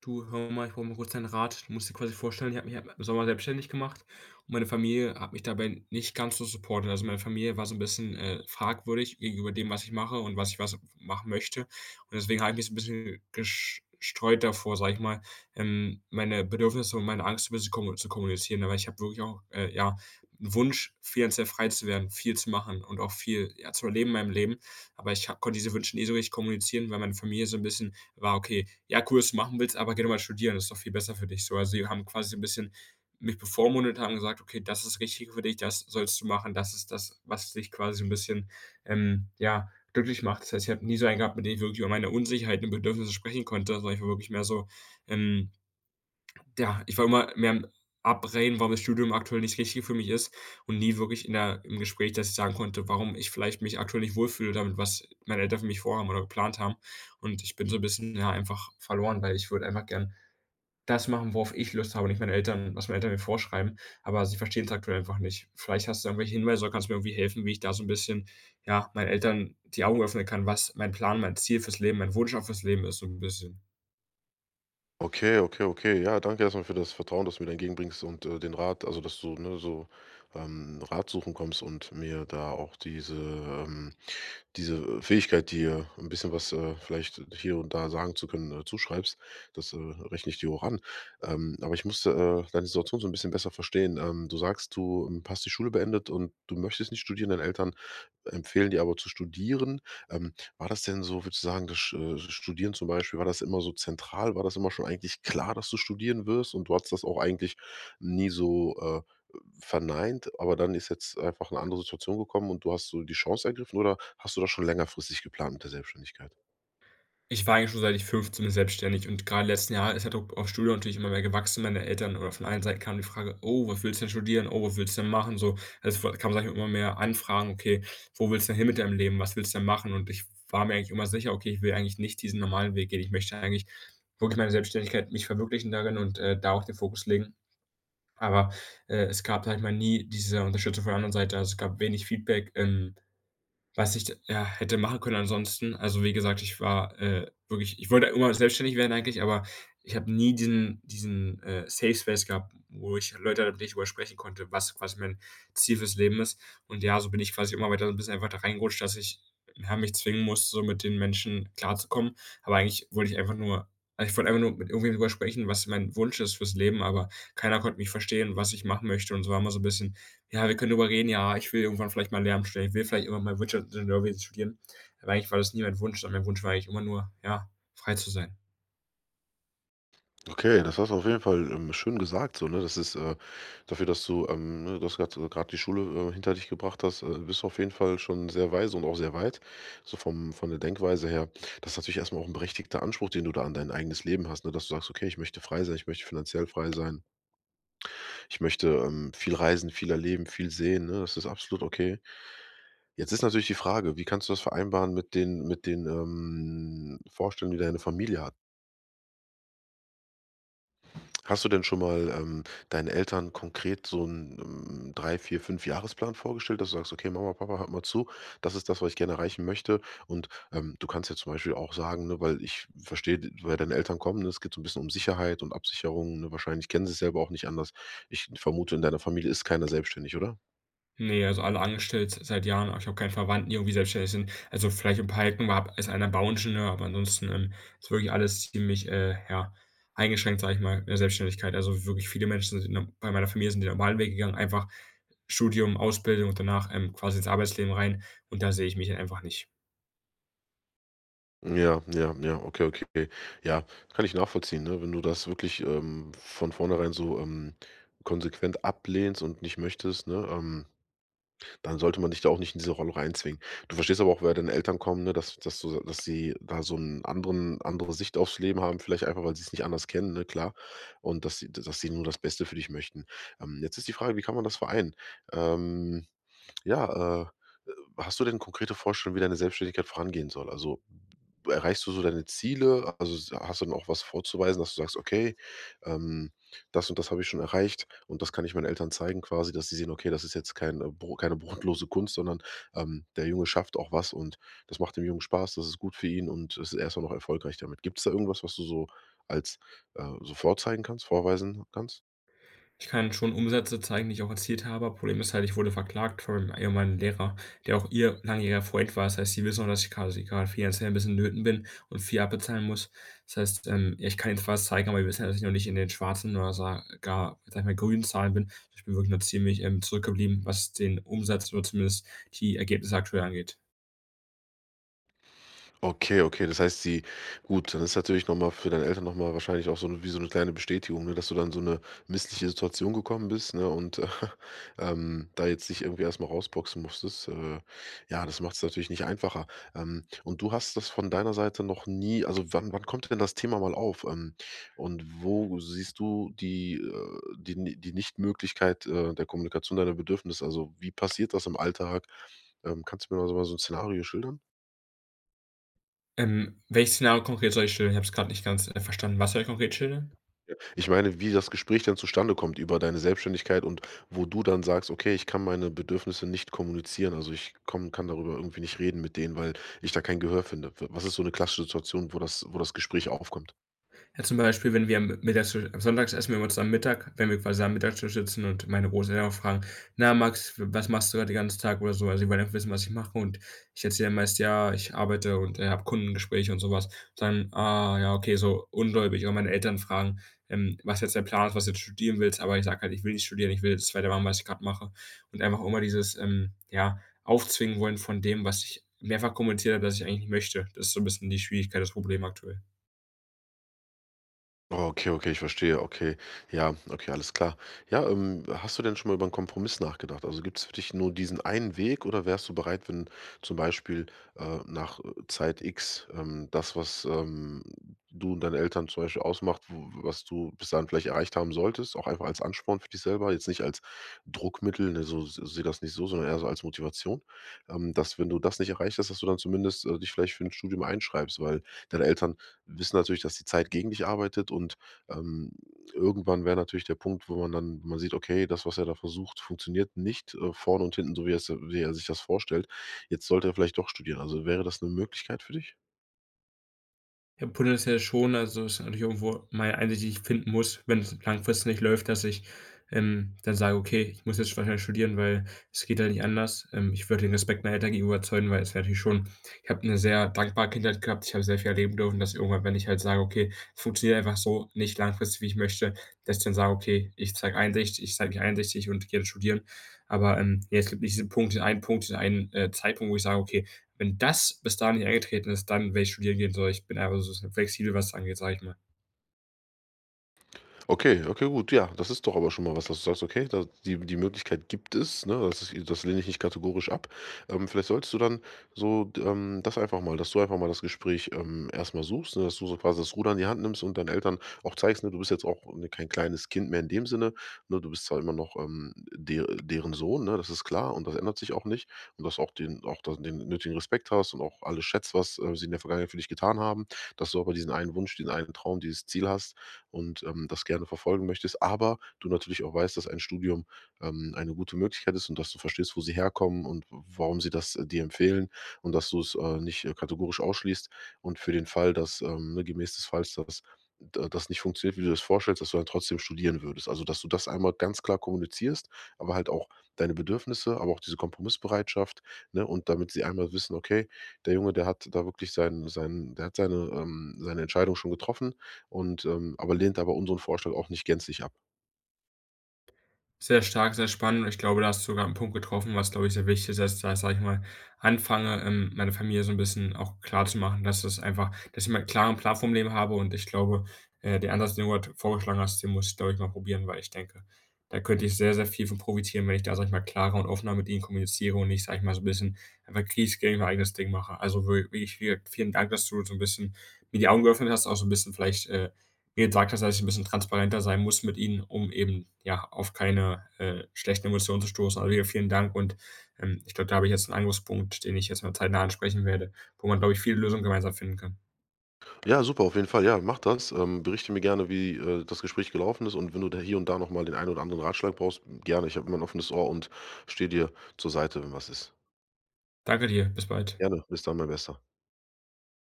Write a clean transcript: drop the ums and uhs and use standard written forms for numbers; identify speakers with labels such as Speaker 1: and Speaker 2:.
Speaker 1: Du, hör mal, ich brauche mal kurz deinen Rat. Du musst dir quasi vorstellen, ich habe mich halt im Sommer selbstständig gemacht und meine Familie hat mich dabei nicht ganz so supportet. Also meine Familie war so ein bisschen fragwürdig gegenüber dem, was ich mache und was ich was machen möchte. Und deswegen habe ich mich so ein bisschen gestreut davor, sag ich mal, meine Bedürfnisse und meine Angst so ein bisschen kommu zu kommunizieren. Aber ich habe wirklich auch, ja, einen Wunsch, finanziell frei zu werden, viel zu machen und auch viel, ja, zu erleben in meinem Leben. Aber ich ha konnte diese Wünsche nie so richtig kommunizieren, weil meine Familie so ein bisschen war okay. Ja, cool, dass du machen willst, aber geh doch mal studieren, das ist doch viel besser für dich so. Also, die haben quasi so ein bisschen mich bevormundet, haben gesagt: „Okay, das ist richtig für dich, das sollst du machen, das ist das, was dich quasi so ein bisschen, ja, glücklich macht.“ Das heißt, ich habe nie so einen gehabt, mit dem ich wirklich über meine Unsicherheiten und Bedürfnisse sprechen konnte, sondern ich war wirklich mehr so, ähm ja, ich war immer mehr am Abreden, warum das Studium aktuell nicht richtig für mich ist und nie wirklich in der im Gespräch, dass ich sagen konnte, warum ich vielleicht mich aktuell nicht wohlfühle damit, was meine Eltern für mich vorhaben oder geplant haben. Und ich bin so ein bisschen, ja, einfach verloren, weil ich würde einfach gern das machen, worauf ich Lust habe, nicht meine Eltern was meine Eltern mir vorschreiben, aber sie verstehen es aktuell einfach nicht. Vielleicht hast du irgendwelche Hinweise oder kannst mir irgendwie helfen, wie ich da so ein bisschen, ja, meinen Eltern die Augen öffnen kann, was mein Plan, mein Ziel fürs Leben, mein Wunsch auch fürs Leben ist so ein bisschen.
Speaker 2: Okay, okay, okay. Ja, danke erstmal für das Vertrauen, das du mir da entgegenbringst und, den Rat also, dass du, ne, so, Rat suchen kommst und mir da auch diese Fähigkeit, dir ein bisschen was, vielleicht hier und da sagen zu können, zuschreibst. Das, rechne ich dir hoch an. Aber ich musste, deine Situation so ein bisschen besser verstehen. Du sagst, du, hast die Schule beendet und du möchtest nicht studieren. Deine Eltern empfehlen dir aber zu studieren. War das denn so, würdest du sagen, das Studieren zum Beispiel, war das immer so zentral? War das immer schon eigentlich klar, dass du studieren wirst und du hattest das auch eigentlich nie so, verneint, aber dann ist jetzt einfach eine andere Situation gekommen und du hast so die Chance ergriffen oder hast du das schon längerfristig geplant mit der Selbstständigkeit?
Speaker 1: Ich war eigentlich schon, seit ich 15 bin, selbstständig und gerade letzten Jahr ist der Druck auf Studium natürlich immer mehr gewachsen. Meine Eltern oder von allen Seiten kam die Frage: „Oh, was willst du denn studieren? Oh, was willst du denn machen?“ So, also es kam kamen, sage ich mal, immer mehr Anfragen: „Okay, wo willst du denn hin mit deinem Leben? Was willst du denn machen?“ Und ich war mir eigentlich immer sicher: „Okay, ich will eigentlich nicht diesen normalen Weg gehen. Ich möchte eigentlich wirklich meine Selbstständigkeit mich verwirklichen darin und, da auch den Fokus legen.“ Aber, es gab, sage ich mal, nie diese Unterstützung von der anderen Seite. Also, es gab wenig Feedback, was ich ja, hätte machen können ansonsten. Also, wie gesagt, ich war, wirklich ich wollte immer selbstständig werden eigentlich, aber ich habe nie diesen Safe Space gehabt, wo ich Leute hatte, mit denen ich drüber sprechen konnte, was quasi mein Ziel fürs Leben ist. Und ja, so bin ich quasi immer weiter so ein bisschen einfach da reingerutscht, dass ich ja, mich zwingen musste, so mit den Menschen klarzukommen. Aber eigentlich wollte ich einfach nur also, ich wollte einfach nur mit irgendwem drüber sprechen, was mein Wunsch ist fürs Leben, aber keiner konnte mich verstehen, was ich machen möchte und so war immer so ein bisschen ja, wir können drüber reden, ja, ich will irgendwann vielleicht mal Lehramt studieren, ich will vielleicht irgendwann mal Wirtschaftsingenieurwesen studieren. Aber eigentlich war das nie mein Wunsch, sondern mein Wunsch war eigentlich immer nur, ja, frei zu sein.
Speaker 2: Okay, das hast du auf jeden Fall, schön gesagt so, ne? Das ist, dafür, dass du, ne, das gerade die Schule, hinter dich gebracht hast, bist du auf jeden Fall schon sehr weise und auch sehr weit, so vom von der Denkweise her. Das ist natürlich erstmal auch ein berechtigter Anspruch, den du da an dein eigenes Leben hast, ne, dass du sagst: „Okay, ich möchte frei sein, ich möchte finanziell frei sein, ich möchte, viel reisen, viel erleben, viel sehen“, ne? Das ist absolut okay. Jetzt ist natürlich die Frage, wie kannst du das vereinbaren mit den, Vorstellungen, die deine Familie hat? Hast du denn schon mal, deinen Eltern konkret so 'n, 3, 4, 5- Jahresplan vorgestellt, dass du sagst: „Okay, Mama, Papa, hört mal zu, das ist das, was ich gerne erreichen möchte.“ Und, du kannst ja zum Beispiel auch sagen, ne, weil ich verstehe, weil deine Eltern kommen, ne? Es geht so ein bisschen um Sicherheit und Absicherung, ne? Wahrscheinlich kennen sie's selber auch nicht anders. Ich vermute, in deiner Familie ist keiner selbstständig, oder?
Speaker 1: Ne, also alle angestellt seit Jahren, aber ich habe keinen Verwandten, die irgendwie selbstständig sind. Also vielleicht in Palken war ist einer Bauingenieur, aber ansonsten, ist wirklich alles ziemlich, ja, eingeschränkt, sage ich mal, in der Selbstständigkeit. Also wirklich viele Menschen sind no bei meiner Familie sind den normalen Weg gegangen, einfach Studium, Ausbildung und danach, quasi ins Arbeitsleben rein und da sehe ich mich halt einfach nicht.
Speaker 2: Ja, ja, ja, okay, okay. Ja, kann ich nachvollziehen, ne? Wenn du das wirklich, von vornherein so, konsequent ablehnst und nicht möchtest, ne, dann sollte man dich da auch nicht in diese Rolle reinzwingen. Du verstehst aber auch, woher deine Eltern kommen, ne, dass sie da so 'n andere Sicht aufs Leben haben, vielleicht einfach, weil sie es nicht anders kennen, ne, klar. Und dass sie nur das Beste für dich möchten. Jetzt ist die Frage, wie kann man das vereinen? Ähm ja, äh, hast du denn konkrete Vorstellungen, wie deine Selbstständigkeit vorangehen soll? Also, erreichst du so deine Ziele? Also, s hast du dann auch was vorzuweisen, dass du sagst: „Okay, ähm, das und das habe ich schon erreicht und das kann ich meinen Eltern zeigen quasi“, dass sie sehen: „Okay, das ist jetzt kein, bro keine brotlose Kunst, sondern, der Junge schafft auch was und das macht dem Jungen Spaß, das ist gut für ihn und es ist erstmal noch erfolgreich damit.“ Gibt es da irgendwas, was du so als, so vorzeigen kannst, vorweisen kannst?
Speaker 1: Ich kann schon Umsätze zeigen, die ich auch erzielt habe. Problem ist halt, ich wurde verklagt von meinem ehemaligen Lehrer, der auch ihr langjähriger Freund war. Das heißt, sie wissen auch, dass ich quasi grad finanziell ein bisschen in Nöten bin und viel abbezahlen muss. Das heißt, ja, ich kann jetzt was zeigen, aber die wissen ja, dass ich noch nicht in den schwarzen oder sa gar, sag ich mal, grünen Zahlen bin. Ich bin wirklich noch ziemlich, zurückgeblieben, was den Umsatz oder zumindest die Ergebnisse aktuell angeht.
Speaker 2: Okay, okay, das heißt, sie gut, dann ist natürlich noch mal für deine Eltern noch mal wahrscheinlich auch so 'ne wie so eine kleine Bestätigung, ne, dass du dann so eine missliche Situation gekommen bist, ne, und, da jetzt dich irgendwie erst mal rausboxen musstest. Ja, das macht es natürlich nicht einfacher. Und du hast das von deiner Seite noch nie also, wann kommt denn das Thema mal auf? Und wo siehst du die Nichtmöglichkeit, der Kommunikation deiner Bedürfnisse? Also, wie passiert das im Alltag? Kannst du mir da so mal so ein Szenario schildern?
Speaker 1: Welches Szenario konkret soll ich schildern? Ich habe es gerade nicht ganz, verstanden. Was soll ich konkret schildern?
Speaker 2: Ja. Ich meine, wie das Gespräch dann zustande kommt über deine Selbstständigkeit und wo du dann sagst: „Okay, ich kann meine Bedürfnisse nicht kommunizieren. Also, ich komme kann darüber irgendwie nicht reden mit denen, weil ich da kein Gehör finde.“ Was ist so eine klassische Situation, wo das Gespräch aufkommt?
Speaker 1: Ja, zum Beispiel, wenn wir am mittags am sonntags essen wir uns am Mittag, wenn wir quasi am Mittagstisch sitzen und meine Großeltern auch fragen: „Na Max, was machst du gerade den ganzen Tag?“ oder so. Also, die wollen einfach wissen, was ich mache, und ich erzähle dann meist: „Ja, ich arbeite und, habe Kundengespräche und sowas. Dann: „Ah ja, okay“, so ungläubig. Oder meine Eltern fragen, was jetzt der Plan ist, was du jetzt studieren willst, aber ich sage halt: „Ich will nicht studieren, ich will das weitermachen, was ich gerade mache.“ Und einfach immer dieses, ja, aufzwingen wollen von dem, was ich mehrfach kommuniziert habe, dass ich eigentlich nicht möchte. Das ist so ein bisschen die Schwierigkeit, das Problem aktuell.
Speaker 2: Oh, okay, okay, ich verstehe. Okay. Ja, okay, alles klar. Ja, hast du denn schon mal über einen Kompromiss nachgedacht? Also, gibt's für dich nur diesen einen Weg oder wärst du bereit, wenn zum Beispiel, nach, Zeit X, das, was, du und deine Eltern zum Beispiel ausmacht, w was du bis dahin vielleicht erreicht haben solltest, auch einfach als Ansporn für dich selber, jetzt nicht als Druckmittel, ne, so se sehe das nicht so, sondern eher so als Motivation, dass, wenn du das nicht erreicht hast, dass du dann zumindest, dich vielleicht für ein Studium einschreibst, weil deine Eltern wissen natürlich, dass die Zeit gegen dich arbeitet und, ähm, irgendwann wäre natürlich der Punkt, wo man sieht, okay, das, was er da versucht, funktioniert nicht, vorne und hinten, so wie er sich das vorstellt. Jetzt sollte er vielleicht doch studieren. Also, wäre das eine Möglichkeit für dich?
Speaker 1: Ja, potenziell schon. Also, ist natürlich irgendwo meine Einsicht, die ich finden muss, wenn es langfristig nicht läuft, dass ich, dann sage: „Okay, ich muss jetzt wahrscheinlich studieren, weil es geht ja nicht anders.“ ich würde den Respekt meiner Eltern gegenüber erzeugen, weil es wäre natürlich schon ich habe eine sehr dankbare Kindheit gehabt. Ich habe sehr viel erleben dürfen, dass irgendwann, wenn ich halt sage: „Okay, es funktioniert einfach so nicht langfristig, wie ich möchte“, dass ich dann sage: „Okay, ich zeige mich einsichtig und gehe jetzt studieren.“ Aber, ja, es gibt nicht diesen Punkt, diesen einen, Zeitpunkt, wo ich sage: „Okay, wenn das bis dahin nicht eingetreten ist, dann werde ich studieren gehen, so ich bin einfach so flexibel, was das angeht, sage ich mal.
Speaker 2: Okay, okay, gut. Ja, das ist doch aber schon mal was, dass du sagst: „Okay, da die Möglichkeit gibt es, ne? Das lehne ich nicht kategorisch ab.“ vielleicht solltest du dann so d das einfach mal dass du einfach mal das Gespräch, erst mal suchst, ne, dass du so quasi das Ruder in die Hand nimmst und deinen Eltern auch zeigst, ne, du bist jetzt auch, ne, kein kleines Kind mehr in dem Sinne, ne? Du bist zwar immer noch, de deren Sohn, ne? Das ist klar und das ändert sich auch nicht und dass auch den auch da den nötigen Respekt hast und auch alles schätzt, was, sie in der Vergangenheit für dich getan haben, dass du aber diesen einen Wunsch, diesen einen Traum, dieses Ziel hast und das gerne verfolgen möchtest, aber du natürlich auch weißt, dass ein Studium eine gute Möglichkeit ist und dass du verstehst, wo sie herkommen und warum sie das dir empfehlen und dass du es nicht kategorisch ausschließt. Und für den Fall, dass ne, gemäß des Falls, dass das nicht funktioniert, wie du das vorstellst, dass du dann trotzdem studieren würdest. Also, dass du das einmal ganz klar kommunizierst, aber halt auch deine Bedürfnisse, aber auch diese Kompromissbereitschaft, ne? Und damit sie einmal wissen, okay, der Junge, der hat da wirklich der hat seine, seine Entscheidung schon getroffen, und, lehnt aber unseren Vorschlag auch nicht gänzlich ab.
Speaker 1: Sehr stark, sehr spannend. Ich glaube, da hast du sogar einen Punkt getroffen, was, glaube ich, sehr wichtig ist, dass ich da, sage ich mal, anfange, meiner Familie so ein bisschen auch klar zu machen, dass es einfach dass ich mal 'n klaren Plan vom Leben habe, und ich glaube, der Ansatz, den du grad vorgeschlagen hast, den muss ich, glaube ich, mal probieren, weil ich denke, da könnte ich sehr, sehr viel von profitieren, wenn ich da, sage ich mal, klarer und offener mit ihnen kommuniziere und nicht, sage ich mal, so ein bisschen einfach Krieg gegen mein eigenes Ding mache. Also, wirklich vielen Dank, dass du so ein bisschen mir die Augen geöffnet hast, auch so ein bisschen vielleicht, mir sagt das, dass ich ein bisschen transparenter sein muss mit ihnen, um eben, ja, auf keine, schlechten Emotionen zu stoßen. Also, hier vielen Dank und, ich glaube, da habe ich jetzt einen Angriffspunkt, den ich jetzt mal zeitnah ansprechen werde, wo man, glaube ich, viele Lösungen gemeinsam finden kann.
Speaker 2: Ja, super, auf jeden Fall. Ja, mach das. Berichte mir gerne, wie, das Gespräch gelaufen ist und wenn du da hier und da noch mal den einen oder anderen Ratschlag brauchst, gerne. Ich habe immer ein offenes Ohr und stehe dir zur Seite, wenn was ist.
Speaker 1: Danke dir, bis bald.
Speaker 2: Gerne, bis dann, mein Bester.